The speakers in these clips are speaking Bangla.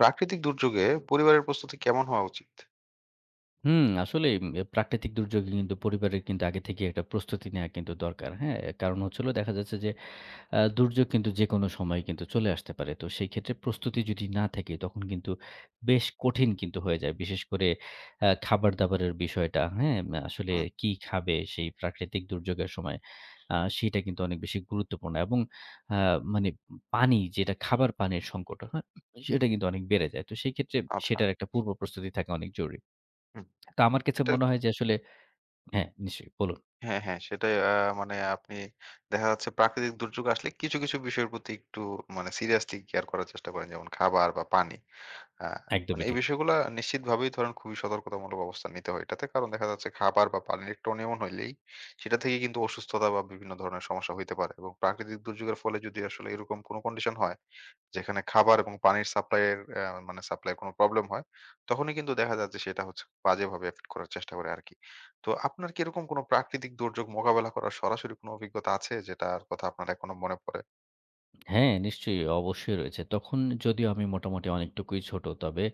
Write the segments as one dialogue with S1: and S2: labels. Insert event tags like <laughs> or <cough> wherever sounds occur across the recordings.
S1: প্রাকৃতিক দুর্যোগে পরিবারের প্রস্তুতি কেমন হওয়া উচিত?
S2: হুম, আসলেই উম প্রাকৃতিক দুর্যোগে কিন্তু পরিবারের কিন্তু আগে থেকেই একটা প্রস্তুতি নেয়া কিন্তু দরকার। হ্যাঁ? কারণ হচ্ছে হলো দেখা যাচ্ছে যে দুর্যোগ কিন্তু যেকোনো সময় কিন্তু চলে আসতে পারে। তো সেই ক্ষেত্রে প্রস্তুতি যদি না থাকে তখন কিন্তু বেশ কঠিন কিন্তু হয়ে যায়। বিশেষ করে খাবার-দাবারের বিষয়টা, হ্যাঁ? মা আসলে
S1: হুম,
S2: কি খাবে সেই প্রাকৃতিক দুর্যোগের সময় সেটা কিন্তু অনেক বেশি গুরুত্বপূর্ণ এবং আ মানে পানি যেটা খাবার পানির সংকট, হ্যাঁ? সেটা কিন্তু অনেক বেড়ে যায়। তো সেই ক্ষেত্রে
S1: আচ্ছা।
S2: সেটার একটা পূর্ব প্রস্তুতি থাকা অনেক জরুরি।
S1: হুম,
S2: তো আমার কাছে
S1: এটা
S2: মনে হয় যে আসলে হ্যাঁ, নিশ্চয়ই বলুন।
S1: হ্যাঁ, হ্যাঁ, সেটাই। মানে আপনি দেখা যাচ্ছে প্রাকৃতিক দুর্যোগ আসলে কিছু, কিছু বিষয়ের প্রতি একটু মানে সিরিয়াসলি কেয়ার করার চেষ্টা করেন। যেমন খাবার বা পানি। আ মানে
S2: একদমই
S1: এই
S2: ঠিক।
S1: বিষয়গুলা নিশ্চিতভাবেই ধরেন খুবই সতর্কতামূলক অবস্থান নিতে হয় এটাতে। কারণ দেখা যাচ্ছে খাবার বা পানির একটু অনিয়মন হইলেই সেটা থেকে কিন্তু অসুস্থতা বা বিভিন্ন ধরনের সমস্যা হইতে পারে। এবং প্রাকৃতিক দুর্যোগের ফলে যদি আসলে এরকম কোনো কন্ডিশন হয় যেখানে খাবার এবং পানির সাপ্লাই এর মানে সাপ্লাই এর কোনো প্রবলেম হয়, তখনই কিন্তু দেখা যায় যে সেটা হচ্ছে বাজেভাবে এফেক্ট করার চেষ্টা করে আরকি। তো আপনার কি এরকম কোনো প্রাকৃতিক দুর্যোগ মোকাবেলা করার সরাসরি কোনো অভিজ্ঞতা আছে যেটার কথা আপনার এখনো মনে পড়ে?
S2: হ্যাঁ, নিশ্চয়ই অবশ্যই রয়েছে। তখন যদিও আমি মোটামুটি অনেকটুকুই ছোট। তবে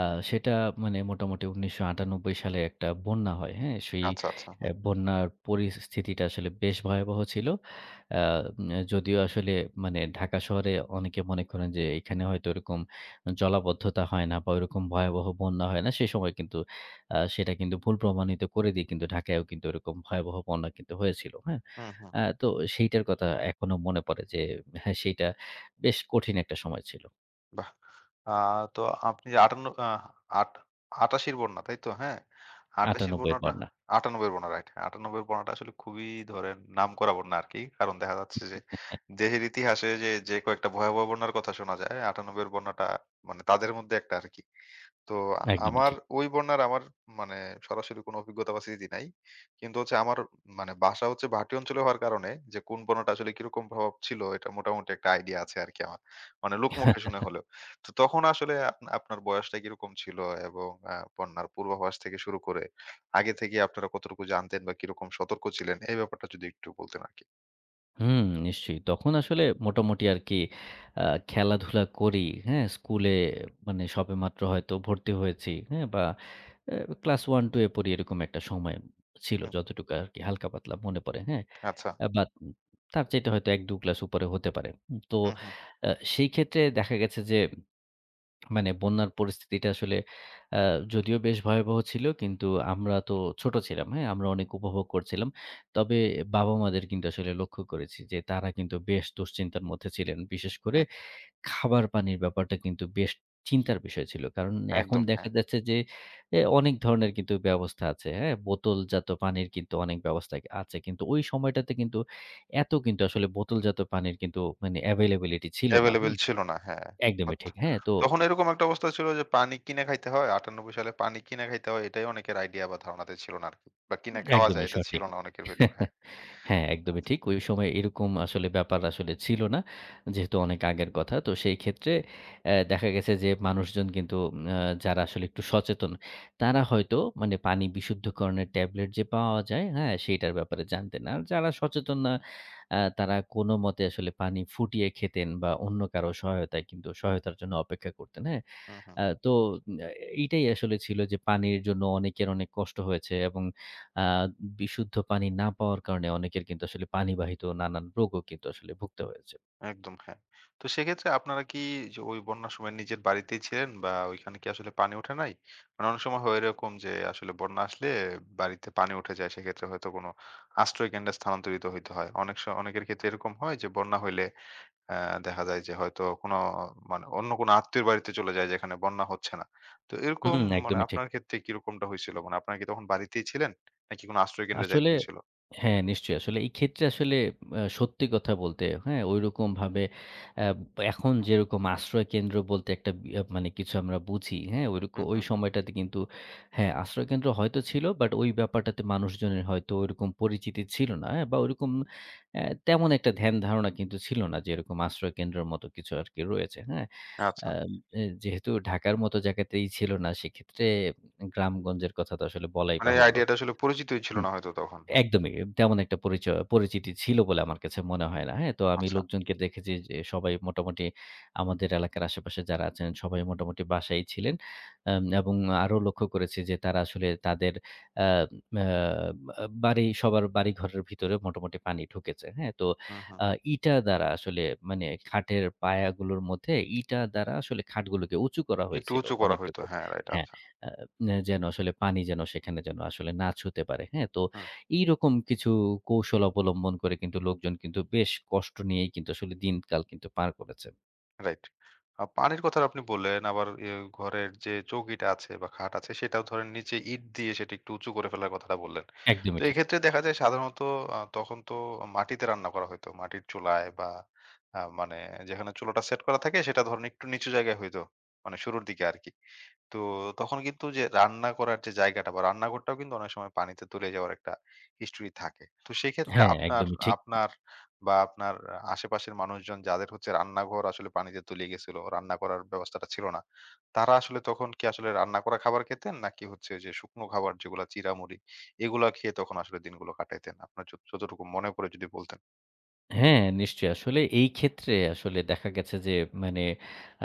S2: আ সেটা মানে মোটামুটি ১৯৯৮ সালে একটা বন্যা হয়। হ্যাঁ? সেই
S1: আচ্ছা, আচ্ছা। হুম।
S2: বন্যার পরিস্থিতিটা আসলে বেশ ভয়াবহ ছিল। আ যদিও আসলে মানে ঢাকা শহরে অনেকে মনে করেন যে এখানে হয়তো ওরকম জলাবদ্ধতা হয় না বা ওরকম ভয়াবহ বন্যা হয় না। সেসময় কিন্তু সেটা কিন্তু ভুল প্রমাণিত করে দিয়ে কিন্তু ঢাকায়ও কিন্তু ওরকম ভয়াবহ বন্যা কিন্তু হয়েছিল। হ্যাঁ?
S1: হুম, হুম।
S2: তো সেইটার কথা এখনো মনে পড়ে যে হ্যাঁ, সেইটা বেশ কঠিন একটা সময় ছিল।
S1: বাহ! আ তো আপনি ৫৮ আট ৮৮ র বন্যা, তাই তো? হ্যাঁ? ৮৮ র
S2: ৯৮ এর
S1: বন্যাটা
S2: বন্যা।
S1: ৯৮ র বন্যা, রাইট। ৯৮ র বন্যাটা আসলে খুবই ধরেন নামকরা বন্যা আরকি। কারণ দেখা যাচ্ছে যে দেশের ইতিহাসে যে কয়েকটা ভয়াবহ বন্যার কথা শোনা যায়, ৯৮ র বন্যাটা মানে তাদের মধ্যে একটা আরকি। তো
S2: একদমই
S1: আমার
S2: ঠিক।
S1: ওই বন্যার আমার মানে সরাসরি কোনো অভিজ্ঞতা বা স্মৃতি নাই। কিন্তু হচ্ছে আমার মানে বাসা হচ্ছে ভাটি অঞ্চলে হওয়ার কারণে যে কোন বন্যাটা আসলে কিরকম প্রভাব ছিল এটা মোটামুটি একটা আইডিয়া আছে আরকি আমার। মানে লোকমুখে শুনে হলেও। তো তখন আসলে আপনার বয়সটা কিরকম ছিল এবং বন্যার পূর্বাভাস থেকে শুরু করে আগে থেকে আপনারা কতটুকু জানতেন বা কিরকম সতর্ক ছিলেন এই ব্যাপারটা যদি একটু বলতেন আরকি।
S2: হুম, নিশ্চয়ই। তখন আসলে মোটামুটি আরকি আ খেলাধুলা করি, হ্যাঁ? স্কুলে মানে সবেমাত্র হয়তো ভর্তি হয়েছি, হ্যাঁ? বা এ ক্লাস 1-2 এ পড়ি এরকম একটা সময় ছিল
S1: হুম,
S2: যতটুকু আরকি হালকা-পাতলা মনে পড়ে, হ্যাঁ?
S1: আচ্ছা।
S2: বা তার চাইতে হয়তো ১-২ ক্লাস উপরে হতে পারে। হুম, তো
S1: হুম, হুম,
S2: আ সেই ক্ষেত্রে দেখা গেছে যে মানে বন্যার পরিস্থিতিটা আসলে আ যদিও বেশ ভয়াবহ ছিল কিন্তু আমরা তো ছোট ছিলাম, হ্যাঁ? আমরা অনেক উপভোগ করছিলাম। তবে বাবা-মাদের কিন্তু আসলে লক্ষ্য করেছি যে তারা কিন্তু বেশ দুশ্চিন্তার মধ্যে ছিলেন। বিশেষ করে
S1: হুম।
S2: খাবার পানির ব্যাপারটা কিন্তু বেশ চিন্তার বিষয় ছিল। কারণ এখন
S1: একদম, হ্যাঁ।
S2: দেখা যাচ্ছে যে অনেক ধরনের কিন্তু ব্যবস্থা আছে, হ্যাঁ? বোতলজাত পানির কিন্তু অনেক ব্যবস্থা আছে। কিন্তু ওই সময়টাতে কিন্তু এত কিন্তু আসলে বোতলজাত পানির কিন্তু মানে availability ছিল না,
S1: এভেইলেবল
S2: হুম?
S1: ছিল না। হ্যাঁ।
S2: একদমই
S1: বাট
S2: ঠিক, হ্যাঁ? তো
S1: তখন এরকম একটা অবস্থা ছিল যে পানি কিনে খাইতে হয়। ৯৮ সালে পানি কিনে খাইতে হয় এটাই অনেকের আইডিয়া বা ধারণাতে ছিল না আরকি। বা কিনে
S2: হুম।
S1: খাওয়া যায়
S2: একদমই
S1: এটা ছিল
S2: সঠিক।
S1: না অনেকের ভেতর। হ্যাঁ।
S2: হ্যাঁ, একদমই
S1: আচ্ছা।
S2: ঠিক। ওই সময় এরকম আসলে ব্যাপার আসলে ছিল না। যেহেতু অনেক আগের কথা। তো সেই ক্ষেত্রে দেখা গেছে যে মানুষজন কিন্তু আ যারা আসলে একটু সচেতন, তারা হয়তো মানে পানি বিশুদ্ধকরণের ট্যাবলেট যে পাওয়া যায়, হ্যাঁ? সেইটার ব্যাপারে জানতেন। আর যারা সচেতন না, তারা কোনমতে আসলে পানি ফুটিয়ে খেতেন বা অন্য কারো সহায়তায় কিন্তু সহায়তার জন্য অপেক্ষা করতেন, হ্যাঁ?
S1: হুম, হুম।
S2: আ তো আ এইটাই আসলে ছিল যে পানির জন্য অনেকের অনেক কষ্ট হয়েছে এবং আ বিশুদ্ধ পানি না পাওয়ার কারণে অনেকের কিন্তু আসলে পানিবাহিত নানান রোগও কিন্তু আসলে ভুগতে হয়েছে।
S1: একদম, হ্যাঁ। তো সেক্ষেত্রে আপনারা কি যে ওই বন্যার সময় নিজের বাড়িতেই ছিলেন বা ওইখানে কি আসলে পানি উঠে নাই? মানে অনেক সময় হয় এরকম যে আসলে বন্যা আসলে বাড়িতে পানি উঠে যায়। সেক্ষেত্রে হয়তো কোনো আশ্রয় কেন্দ্রে স্থানান্তরিত হইতে হয়। অনেক অনেকের ক্ষেত্রে এরকম হয় যে বন্যা হইলে অ্যা দেখা যায় যে হয়তো কোনো মানে অন্য কোনো আত্মীয়ের বাড়িতে চলে যায় যেখানে বন্যা হচ্ছে না। তো এরকম
S2: হুম,
S1: মানে
S2: একদমই ঠিক।
S1: আপনার ক্ষেত্রে কিরকমটা হইছিল? মানে আপনারা কি তখন বাড়িতেই ছিলেন? নাকি কোনো আশ্রয় কেন্দ্রে যাইতে
S2: আসলে
S1: হয়েছিল?
S2: হ্যাঁ, নিশ্চয়ই। আসলে এই ক্ষেত্রে আসলে সত্যি কথা বলতে, হ্যাঁ? ঐরকমভাবে আ এখন যেরকম আশ্রয়কেন্দ্র বলতে একটা বি আ মানে কিছু আমরা বুঝি, হ্যাঁ?
S1: হুম,
S2: ঐ
S1: হুম।
S2: সময়টাতে কিন্তু হ্যাঁ, আশ্রয়কেন্দ্র হয়তো ছিল বাট ওই ব্যাপারটাতে মানুষজনের হয়তো ঐরকম পরিচিতি ছিল না, হ্যাঁ? বা ঐরকম তেমন একটা ধ্যান-ধারণা কিন্তু ছিল না যে এরকম আশ্রয়কেন্দ্রের মতো কিছু আরকি রয়েছে, হ্যাঁ?
S1: আচ্ছা।
S2: আম এ যেহেতু ঢাকার মতো জায়গাতেই ছিল না, সেক্ষেত্রে গ্রামগঞ্জের কথা তো আসলে বলাই
S1: মানে এই
S2: বাহুল্য।
S1: আইডিয়াটা আসলে পরিচিতই ছিল না হয়তো তখন। হুম,
S2: একদমই। তেমন একটা পরিচয় পরিচিতি ছিল বলে আমার কাছে মনে হয় না। হ্যাঁ? তো আমি
S1: আচ্ছা।
S2: লোকজনকে জি। দেখেছি যে সবাই মোটামুটি আমাদের এলাকার আশেপাশে যারা আছেন সবাই মোটামুটি বাসায়ই ছিলেন। এবং আরো লক্ষ্য করেছি যে তারা আসলে তাদের আ আ বাড়ি সবার বাড়িঘরের ভিতরে মোটামুটি পানি ঢুকেছে। হ্যাঁ? তো
S1: হুম, হুম।
S2: আ ইটা দ্বারা আসলে মানে খাটের পায়াগুলোর মধ্যে ইটা দ্বারা আসলে খাটগুলোকে উঁচু করা
S1: একটু
S2: হয়েছিল
S1: উঁচু করা হইতো।
S2: অনেকটুকু।
S1: হ্যাঁ, রাইট,
S2: হ্যাঁ,
S1: আচ্ছা।
S2: আ যেন আসলে পানি যেন সেখানে যেন আসলে না ছুঁতে পারে। হ্যাঁ? তো
S1: হুম।
S2: এইরকম কিছু কৌশল অবলম্বন করে কিন্তু লোকজন কিন্তু বেশ কষ্ট নিয়েই কিন্তু আসলে দিনকাল কিন্তু পার করেছে।
S1: রাইট। পানির কথাটা আপনি বললেন, আবার ঘরের যে চৌকিটা আছে বা খাট আছে সেটাও ধরেন নিচে ইট দিয়ে সেটা একটু উঁচু করে ফেলার কথাটা বললেন। তো
S2: একদমই ঠিক।
S1: এক্ষেত্রে দেখা যায় সাধারণত তখন তো মাটিতে রান্না করা হইতো। মাটির চুলায় বা মানে যেখানে চুলাটা সেট করা থাকে সেটা ধরেন একটু নিচু জায়গায় হইতো। মানে শুরুর দিকে আরকি। তো তখন কিন্তু যে রান্না করার যে জায়গাটা বা রান্নাঘরটাও কিন্তু অনেক সময় পানিতে তলিয়ে যাওয়ার একটা হিস্টরি থাকে। তো
S2: তো
S1: সেক্ষেত্রে
S2: হ্যাঁ,
S1: আপনার
S2: একদমই ঠিক।
S1: আপনার বা আপনার আশেপাশের মানুষজন যাদের হচ্ছে রান্নাঘর আসলে পানিতে তলিয়ে গেছিল, রান্না করার ব্যবস্থাটা ছিল না। তারা আসলে তখন কি আসলে রান্না করা খাবার খেতেন? নাকি হচ্ছে যে শুকনো খাবার যেগুলা চিড়া-মুড়ি এগুলা খেয়ে তখন আসলে দিনগুলো কাটাইতেন? আপনার যতটুকু মনে পড়ে যদি বলতেন।
S2: হ্যাঁ, নিশ্চয়ই। আসলে এই ক্ষেত্রে আসলে দেখা গেছে যে মানে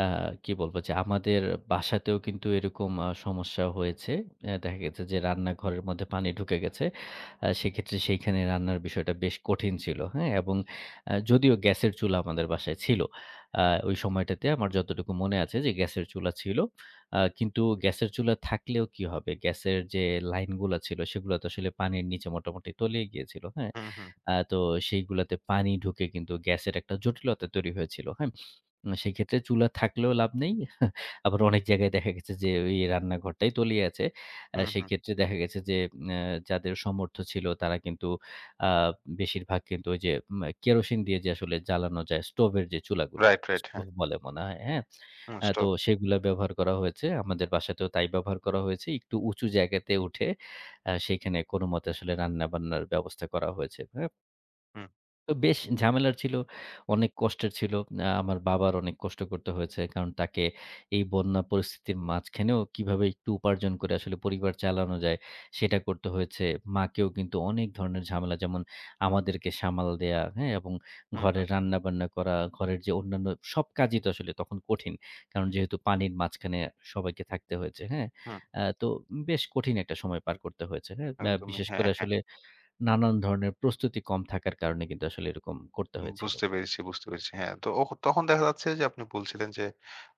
S2: আ কি বলবো? যে আমাদের বাসাতেও কিন্তু এরকম সমস্যা হয়েছে। দেখা গেছে যে রান্নাঘরের মধ্যে পানি ঢুকে গেছে। সেক্ষেত্রে সেইখানে রান্নার বিষয়টা বেশ কঠিন ছিল। হ্যাঁ? এবং যদিও গ্যাসের চুলা আমাদের বাসায় ছিল। আ ওই সময়টাতে আমার যতটুকু মনে আছে যে গ্যাসের চুলা ছিল। কিন্তু গ্যাসের চুলা থাকলেও কি হবে? গ্যাসের যে লাইনগুলা ছিল সেগুলা তো আসলে পানির নিচে মোটামুটি তলিয়ে গিয়েছিল। হ্যাঁ?
S1: হুম, হুম,
S2: তো সেইগুলাতে পানি ঢুকে কিন্তু গ্যাসের একটা জটিলতা তৈরি হয়েছিল। হ্যাঁ? সেক্ষেত্রে চুলা থাকলেও লাভ নেই। <laughs> আবার অনেক জায়গায় দেখা গেছে যে ওই রান্নাঘরটাই তলিয়ে আছে।
S1: হুম, হুম।
S2: সেক্ষেত্রে দেখা গেছে যে আ যাদের সমর্থ্য ছিল তারা কিন্তু আ বেশিরভাগ কিন্তু ওই যে কেরোসিন দিয়ে যে আসলে জ্বালানো যায় স্টোভের যে চুলাগুলো,
S1: রাইট, রাইট। হ্যাঁ।
S2: স্টোভ বলে মনে হয়, হ্যাঁ?
S1: হুম,
S2: তো
S1: স্টপ।
S2: সেগুলা ব্যবহার করা হয়েছে। আমাদের বাসাতেও তাই ব্যবহার করা হয়েছে। একটু উঁচু জায়গাতে উঠে সেখানে কোনমতে আসলে রান্না-বান্নার ব্যবস্থা করা হয়েছে। হ্যাঁ?
S1: হুম,
S2: তো বেশ ঝামেলার ছিল। অনেক কষ্টের ছিল। আমার বাবার অনেক কষ্ট করতে হয়েছে। কারণ তাকে এই বন্যা পরিস্থিতির মাঝখানেও কিভাবে একটু উপার্জন করে আসলে পরিবার চালানো যায়, সেটা করতে হয়েছে। মাকেও কিন্তু অনেক ধরনের ঝামেলা যেমন আমাদেরকে সামাল দেয়া, হ্যাঁ? এবং
S1: হুম, হুম,
S2: ঘরের রান্নাবান্না করা, ঘরের যে অন্যান্য সব কাজই তো আসলে তখন কঠিন। কারণ যেহেতু পানির মাঝখানে সবাইকে থাকতে হয়েছে, হ্যাঁ?
S1: হুম।
S2: তো বেশ কঠিন একটা সময় পার করতে হয়েছে, হ্যাঁ?
S1: একদমই।
S2: বিশেষ করে
S1: হ্যাঁ।
S2: আসলে নানান ধরনের প্রস্তুতি কম থাকার কারণে কিন্তু আসলে এরকম করতে হয়েছিল।
S1: বুঝতে পেরেছি, বুঝতে পেরেছি। হ্যাঁ, তো তখন দেখা যাচ্ছে যে আপনি বলছিলেন যে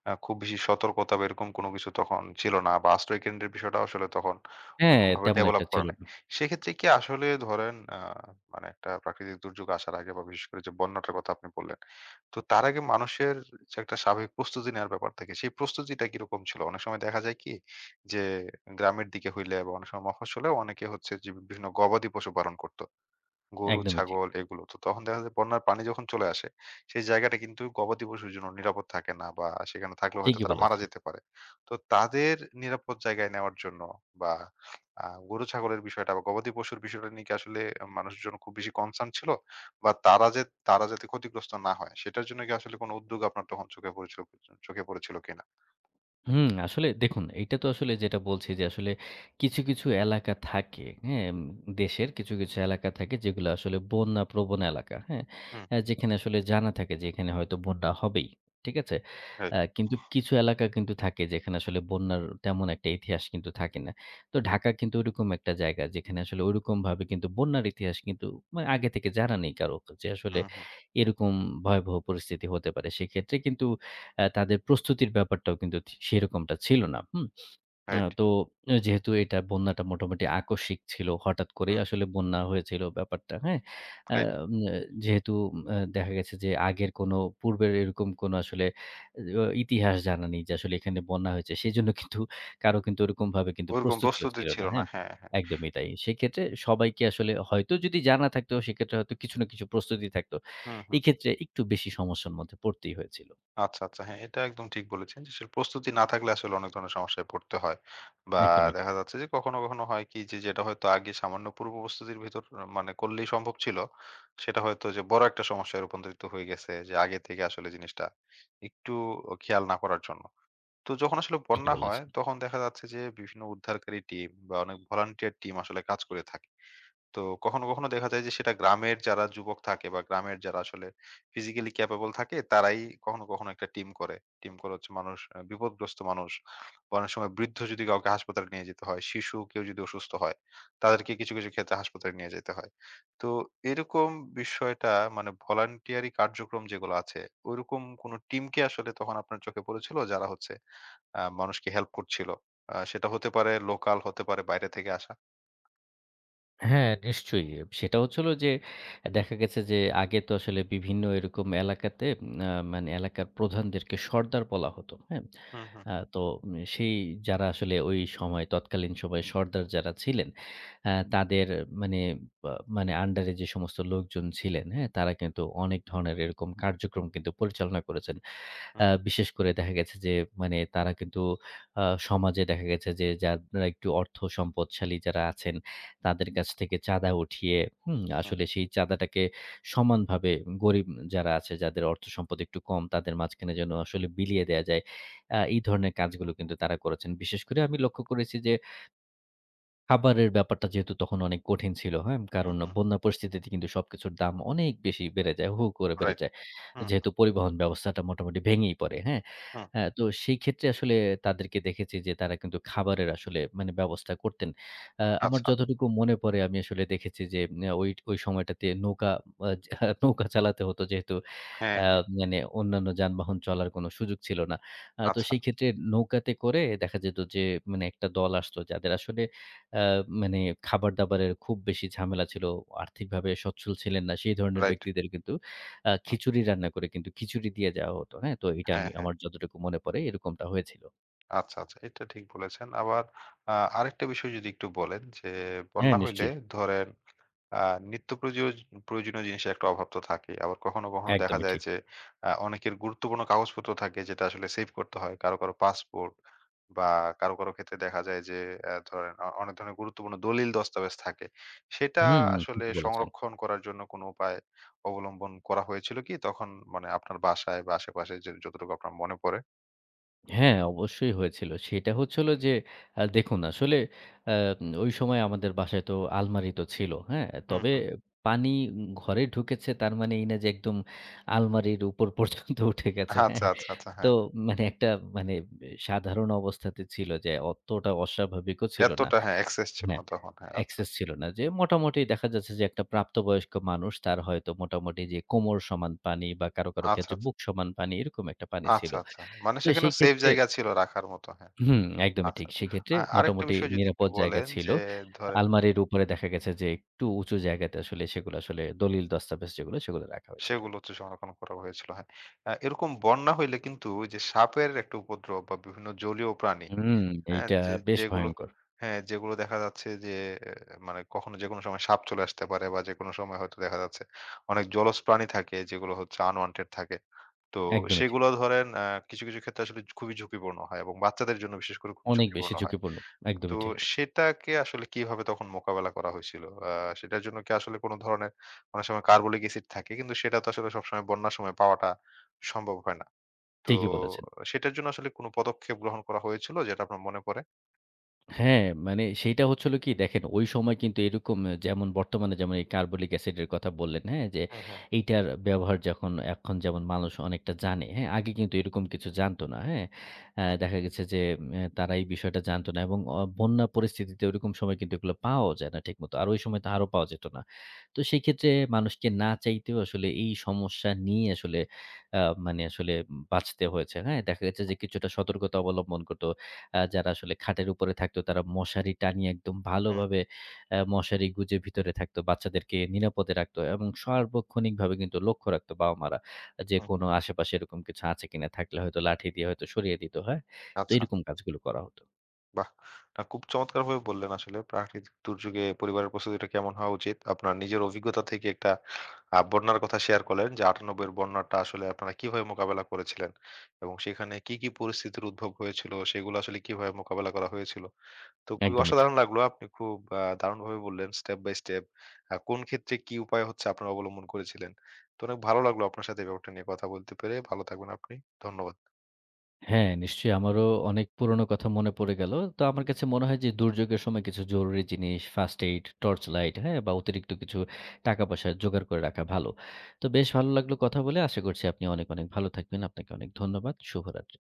S1: খুব বেশি সতর্কতা বা এরকম কোনো কিছু তখন ছিল না বা আশ্রয় কেন্দ্রের বিষয়টা আসলে তখন
S2: হ্যাঁ,
S1: ওরকমভাবে
S2: তেমন
S1: ডেভেলপ
S2: একটা
S1: করা
S2: ছিল
S1: নাই।
S2: না।
S1: সেক্ষেত্রে কি আসলে ধরেন মানে একটা প্রাকৃতিক দুর্যোগ আসার আগে বা বিশেষ করে যে বন্যাটার কথা আপনি বললেন। তো তার আগে মানুষের যে একটা স্বাভাবিক প্রস্তুতি নেওয়ার ব্যাপার থাকে, সেই প্রস্তুতিটা কিরকম ছিল? অনেক সময় দেখা যায় কি যে গ্রামের দিকে হইলে বা অনেক সময় মফস্বলেও অনেকে হচ্ছে যে বিভিন্ন গবাদি পশু পালন করত। গরু,
S2: একদমই ঠিক।
S1: ছাগল এগুলো। তো তখন দেখা যায় বন্যার পানি যখন চলে আসে, সেই জায়গাটা কিন্তু গবাদি পশুর জন্য নিরাপদ থাকে না বা সেখানে থাকলেও হয়তো
S2: ঠিকই
S1: তারা মারা
S2: বলেছেন।
S1: যেতে পারে। তো তাদের নিরাপদ জায়গায় নেওয়ার জন্য বা গরু ছাগলের বিষয়টা বা গবাদি পশুর বিষয়টা নিয়ে কি আসলে মানুষজন খুব বেশি কনসার্ন ছিল? বা তারা যাতে ক্ষতিগ্রস্ত না হয় সেটার জন্য কি আসলে কোনো উদ্যোগ আপনার তখন চোখে পড়েছিল কিনা?
S2: হুম, আসলে দেখুন এইটা তো আসলে যেটা বলছি যে আসলে কিছু, কিছু এলাকা থাকে, হ্যাঁ? দেশের কিছু, কিছু এলাকা থাকে যেগুলো আসলে বন্যা প্রবণ এলাকা, হ্যাঁ?
S1: হুম,
S2: যেখানে আসলে জানা থাকে যে এখানে হয়তো বন্যা হবেই। ঠিক আছে?
S1: রাইট।
S2: কিন্তু কিছু এলাকা কিন্তু থাকে যেখানে আসলে বন্যার তেমন একটা ইতিহাস কিন্তু থাকে না। তো ঢাকা কিন্তু ওইরকম একটা জায়গা যেখানে আসলে ওইরকমভাবে কিন্তু বন্যার ইতিহাস কিন্তু মানে আগে থেকে জানা নেই কারো যে আসলে
S1: হুম, হুম,
S2: এরকম ভয়াবহ পরিস্থিতি হতে পারে। সেক্ষেত্রে কিন্তু তাদের প্রস্তুতির ব্যাপারটাও কিন্তু সেরকমটা ছিল না। হুম? আ
S1: রাইট।
S2: তো অ যেহেতু এটা বন্যাটা মোটামুটি আকস্মিক ছিল। হঠাৎ করেই
S1: হুম,
S2: আসলে বন্যা হয়েছিল ব্যাপারটা, হ্যাঁ? আ
S1: রাইট।
S2: উম অ্যা যেহেতু দেখা গেছে যে আগের কোনো পূর্বের এরকম কোনো আসলে ইতিহাস জানা নেই যে আসলে এখানে বন্যা হয়েছে। সেজন্য কিন্তু কারো কিন্তু ওরকমভাবে কিন্তু
S1: ওরকম
S2: প্রস্তুতিও
S1: প্রস্তুতি
S2: ছিল
S1: ছিল
S2: না,
S1: না।
S2: হ্যাঁ?
S1: হ্যাঁ, হ্যাঁ।
S2: একদমই তাই। সেক্ষেত্রে সবাইকে আসলে হয়তো যদি জানা থাকতো সেক্ষেত্রে হয়তো কিছু না কিছু প্রস্তুতি থাকতো।
S1: হুম, হুম।
S2: এক্ষেত্রে একটু বেশি সমস্যার মধ্যে পড়তেই হয়েছিল।
S1: আচ্ছা, আচ্ছা। হ্যাঁ, এটা একদম ঠিক বলেছেন যে আসলে প্রস্তুতি না থাকলে আসলে অনেক ধরনের সমস্যায় পড়তে হয়। বা
S2: একদমই ঠিক।
S1: দেখা যাচ্ছে যে কখনো, কখনো হয় কি যে যেটা হয়তো আগে সামান্য পূর্ব প্রস্তুতির ভিতর মানে করলেই সম্ভব ছিল, সেটা হয়তো যে বড় একটা সমস্যায় রূপান্তরিত হয়ে গেছে যে আগে থেকে আসলে জিনিসটা একটু খেয়াল না করার জন্য। তো যখন আসলে
S2: ঠিকই
S1: বন্যা হয়
S2: বলেছেন।
S1: তখন দেখা যাচ্ছে যে বিভিন্ন উদ্ধারকারী টিম বা অনেক ভলান্টিয়ার টিম আসলে কাজ করে থাকে। তো কখনো, কখনো দেখা যায় যে সেটা গ্রামের যারা যুবক থাকে বা গ্রামের যারা আসলে ফিজিক্যালি ক্যাপেবল থাকে তারাই কখনো, কখনো একটা টিম করে। টিম করে হচ্ছে মানুষ বিপদগ্রস্ত মানুষ বা অনেক সময় বৃদ্ধ যদি কাউকে হাসপাতালে নিয়ে যেতে হয়, শিশু কেউ যদি অসুস্থ হয়, তাদেরকে কিছু, কিছু ক্ষেত্রে হাসপাতালে নিয়ে যেতে হয়। তো এরকম বিষয়টা মানে ভলান্টিয়ারি কার্যক্রম যেগুলো আছে, ওইরকম কোনো টিমকে আসলে তখন আপনার চোখে পড়েছিল যারা হচ্ছে মানুষকে হেল্প করছিল? সেটা হতে পারে লোকাল, হতে পারে বাইরে থেকে আসা।
S2: হ্যাঁ, নিশ্চয়ই। সেটা হচ্ছে হলো যে দেখা গেছে যে আগে তো আসলে বিভিন্ন এরকম এলাকাতে আ মানে এলাকার প্রধানদেরকে সর্দার বলা হতো। হ্যাঁ?
S1: হুম, হুম,
S2: সেই যারা আসলে ওই সময় তৎকালীন সময়ে সর্দার যারা ছিলেন, তাদের মানে বা মানে আন্ডারে যে সমস্ত লোকজন ছিলেন, হ্যাঁ? তারা কিন্তু অনেক ধরনের এরকম কার্যক্রম কিন্তু পরিচালনা করেছেন।
S1: হুম,
S2: বিশেষ করে দেখা গেছে যে মানে তারা কিন্তু আ সমাজে দেখা গেছে যে যারা একটু অর্থ সম্পদশালী যারা আছেন, তাদের কাছ থেকে চাঁদা উঠিয়ে, হুম?
S1: হুম,
S2: আসলে সেই চাঁদাটাকে সমানভাবে গরিব যারা আছে, যাদের অর্থ সম্পদ একটু কম, তাদের মাঝখানে যেন আসলে বিলিয়ে দেয়া যায়। এই ধরনের কাজগুলো কিন্তু তারা করেছেন। বিশেষ করে আমি লক্ষ্য করেছি যে খাবারের ব্যাপারটা যেহেতু তখন অনেক কঠিন ছিল, হ্যাঁ?
S1: হুম,
S2: কারণ
S1: হুম।
S2: বন্যা পরিস্থিতিতে কিন্তু সবকিছুর দাম অনেক বেশি বেড়ে যায়, হু, হু করে বেড়ে
S1: রাইট।
S2: যায়।
S1: হুম,
S2: যেহেতু পরিবহন ব্যবস্থাটা মোটামুটি ভেঙেই পড়ে, হ্যাঁ?
S1: হুম।
S2: তো সেই ক্ষেত্রে আসলে তাদেরকে দেখেছি যে তারা কিন্তু খাবারের আসলে মানে ব্যবস্থা করতেন। আমার
S1: আচ্ছা।
S2: যতটুকু মনে পড়ে আমি আসলে দেখেছি যে, ওই ওই সময়টাতে নৌকা আ <laughs> নৌকা চালাতে হতো যেহেতু
S1: হ্যাঁ,
S2: আ
S1: হ্যাঁ।
S2: মানে অন্যান্য যানবাহন চলার কোনো সুযোগ ছিল না। তো
S1: আচ্ছা।
S2: সেই ক্ষেত্রে নৌকাতে করে দেখা যেত যে মানে একটা দল আসতো যাদের আসলে আ মানে খাবার-দাবারের খুব বেশি ঝামেলা ছিল। আর্থিকভাবে সচ্ছল ছিলেন না। সেই ধরনের
S1: রাইট।
S2: ব্যক্তিদের কিন্তু
S1: হুম।
S2: খিচুড়ি রান্না করে কিন্তু খিচুড়ি দিয়ে যাওয়া হতো। হ্যাঁ? তো এটা
S1: হ্যাঁ,
S2: আমি
S1: হ্যাঁ।
S2: আমার যতটুকু মনে পড়ে এরকমটা হয়েছিল।
S1: আচ্ছা, আচ্ছা। এটা ঠিক বলেছেন। আবার আ আরেকটা বিষয় যদি একটু বলেন যে
S2: হ্যাঁ,
S1: বন্যা হইলে
S2: নিশ্চয়ই।
S1: ধরেন আ নিত্য প্রয়োজীয় প্রয়োজনীয় জিনিসের একটা অভাব তো থাকেই। আবার কখনো, কখনো দেখা
S2: একদমই
S1: যায়
S2: ঠিক।
S1: যে অনেকের গুরুত্বপূর্ণ কাগজপত্র থাকে যেটা আসলে সেভ করতে হয়। কারো, কারো পাসপোর্ট বা কারো, কারো ক্ষেত্রে দেখা যায় যে ধরেন অনেক ধরনের গুরুত্বপূর্ণ দলিল দস্তাবেজ থাকে। সেটা
S2: হুম, হুম,
S1: আসলে
S2: ঠিকই বলেছেন।
S1: সংরক্ষণ করার জন্য কোনো উপায় অবলম্বন করা হয়েছিল কি? তখন মানে আপনার বাসায় বা আশেপাশে যে যতটুকু আপনার মনে পড়ে?
S2: হ্যাঁ, অবশ্যই হয়েছিল। সেটা হচ্ছে হলো যে দেখুন আসলে আ ওই সময় আমাদের বাসায় তো আলমারি তো ছিল, হ্যাঁ?
S1: হুম,
S2: তবে
S1: হুম।
S2: পানি ঘরে ঢুকেছে তার মানে এই না যে একদম আলমারির উপর <laughs> পর্যন্ত উঠে গেছে,
S1: আচ্ছা,
S2: হ্যাঁ?
S1: আচ্ছা, আচ্ছা।
S2: তো
S1: হ্যাঁ।
S2: মানে একটা মানে সাধারণ অবস্থাতে ছিল যে অতটা অস্বাভাবিকও ছিল না।
S1: এতটা, হ্যাঁ, access ছিল
S2: হ্যাঁ,
S1: না তখন। হ্যাঁ, আচ্ছা।
S2: অ্যাক্সেস ছিল না। যে মোটামুটি দেখা যাচ্ছে যে একটা প্রাপ্তবয়স্ক মানুষ তার হয়তো মোটামুটি যে কোমর সমান পানি বা কারো, কারো
S1: আচ্ছা,
S2: ক্ষেত্রে
S1: আচ্ছা।
S2: বুক সমান পানি এরকম একটা পানি ছিল।
S1: আচ্ছা, আচ্ছা। মানে
S2: তো
S1: সেখানেও
S2: সেই
S1: সেফ
S2: ক্ষেত্রে
S1: জায়গা ছিল রাখার মতো। হ্যাঁ।
S2: হুম, একদমই
S1: আচ্ছা।
S2: ঠিক। সেক্ষেত্রে
S1: আরেকটা
S2: মোটামুটি
S1: বিষয় যদি একটু
S2: নিরাপদ জায়গা
S1: বলেন
S2: ছিল।
S1: যে ধরেন
S2: আলমারির উপরে দেখা গেছে যে একটু উঁচু জায়গাতে আসলে সেগুলো আসলে দলিল দস্তাবেজ যেগুলো, সেগুলো রাখা হয়েছিল।
S1: সেগুলো হচ্ছে সংরক্ষণ করা হয়েছিল। হ্যাঁ। এরকম বন্যা হইলে কিন্তু ওই যে সাপের একটা উপদ্রব বা বিভিন্ন জলীয় প্রাণী,
S2: হুম,
S1: হ্যাঁ?
S2: এইটা
S1: যে
S2: বেশ
S1: যেগুলো
S2: ভয়ংকর।
S1: হ্যাঁ, যেগুলো দেখা যাচ্ছে যে এ মানে কখনো যেকোনো সময় সাপ চলে আসতে পারে বা যেকোনো সময় হয়তো দেখা যাচ্ছে অনেক জলজ প্রাণী থাকে যেগুলো হচ্ছে unwanted থাকে। তো
S2: একদমই ঠিক।
S1: সেগুলো ধরেন কিছু, কিছু ক্ষেত্রে আসলে খুবই ঝুঁকিপূর্ণ হয় এবং বাচ্চাদের জন্য বিশেষ করে খুবই
S2: অনেক বেশি
S1: ঝুঁকিপূর্ণ হয়।
S2: ঝুঁকিপূর্ণ।
S1: তো
S2: একদমই ঠিক।
S1: সেটাকে আসলে কিভাবে তখন মোকাবেলা করা হয়েছিল? সেটার জন্য কি আসলে কোন ধরনের অনেক সময় কার্বলিক এসিড থাকে কিন্তু সেটা তো আসলে সবসময় বন্যার সময় পাওয়াটা সম্ভব হয় না। তো
S2: ঠিকই বলেছেন।
S1: সেটার জন্য আসলে কোন পদক্ষেপ গ্রহণ করা হয়েছিল যেটা আপনার মনে পড়ে?
S2: হ্যাঁ, মানে সেইটা হচ্ছে হলো কি দেখেন ওই সময় কিন্তু এরকম যেমন বর্তমানে যেমন এই কার্বলিক অ্যাসিডের কথা বললেন, হ্যাঁ? যে
S1: হুম, হুম,
S2: এইটার ব্যবহার যখন এখন যেমন মানুষ অনেকটা জানে, হ্যাঁ? আগে কিন্তু এরকম কিছু জানতো না, হ্যাঁ?
S1: হুম,
S2: দেখা গেছে যে তারা এই বিষয়টা জানতো না এবং বন্যা পরিস্থিতিতে ওরকম সময় কিন্তু এগুলো পাওয়াও যায় না ঠিকমতো। আর ওই সময় তো আরও পাওয়া যেত না। তো সেইক্ষেত্রে মানুষকে না চাইতেও আসলে এই সমস্যা নিয়ে আসলে আ মানে আসলে বাঁচতে হয়েছে, হ্যাঁ? দেখা গেছে যে কিছুটা সতর্কতা অবলম্বন করত। যারা আসলে খাটের উপরে থাকতো তারা মশারি টানিয়ে একদম
S1: হুম,
S2: ভালোভাবে মশারি গুঁজে ভিতরে থাকতো। বাচ্চাদেরকে নিরাপদে রাখতো এবং সার্বক্ষণিকভাবে কিন্তু লক্ষ্য রাখতো বাবা-মারা। যে
S1: হুম, হুম।
S2: কোনো আশেপাশে এরকম কিছু আছে কিনা? থাকলে হয়তো লাঠি দিয়ে হয়তো সরিয়ে দিত, হ্যাঁ? তো
S1: আচ্ছা।
S2: এরকম কাজগুলো করা হতো।
S1: বাহ! না খুব চমৎকারভাবে বললেন আসলে প্রাকৃতিক দুর্যোগে পরিবারের প্রস্তুতিটা কেমন হওয়া উচিত। আপনার নিজের অভিজ্ঞতা থেকে একটা বন্যার কথা শেয়ার করলেন যে ৯৮ এর বন্যাটা আসলে আপনারা কিভাবে মোকাবেলা করেছিলেন এবং সেখানে কি, কি পরিস্থিতির উদ্ভব হয়েছিল সেগুলো আসলে কিভাবে মোকাবেলা করা হয়েছিল। তো খুবই
S2: একদমই ঠিক।
S1: অসাধারণ লাগলো। আপনি খুব দারুণভাবে বললেন স্টেপ বাই স্টেপ কোন ক্ষেত্রে কি উপায় হচ্ছে আপনারা অবলম্বন করেছিলেন। তো অনেক ভালো লাগলো আপনার সাথে এই ব্যাপারটা নিয়ে কথা বলতে পেরে। ভালো থাকবেন আপনি। ধন্যবাদ।
S2: হ্যাঁ, নিশ্চয়ই আমারও অনেক পুরনো কথা মনে পড়ে গেল। তো আমার কাছে মনে হয় যে দুর্যোগের সময় কিছু জরুরি জিনিস, ফার্স্ট এইড, টর্চ লাইট, হ্যাঁ? বা অতিরিক্ত কিছু টাকা-পয়সা জোগাড় করে রাখা ভালো। তো বেশ ভালো লাগলো কথা বলে। আশা করছি আপনি অনেক, অনেক ভালো থাকবেন। আপনাকে অনেক ধন্যবাদ। শুভরাত্রি।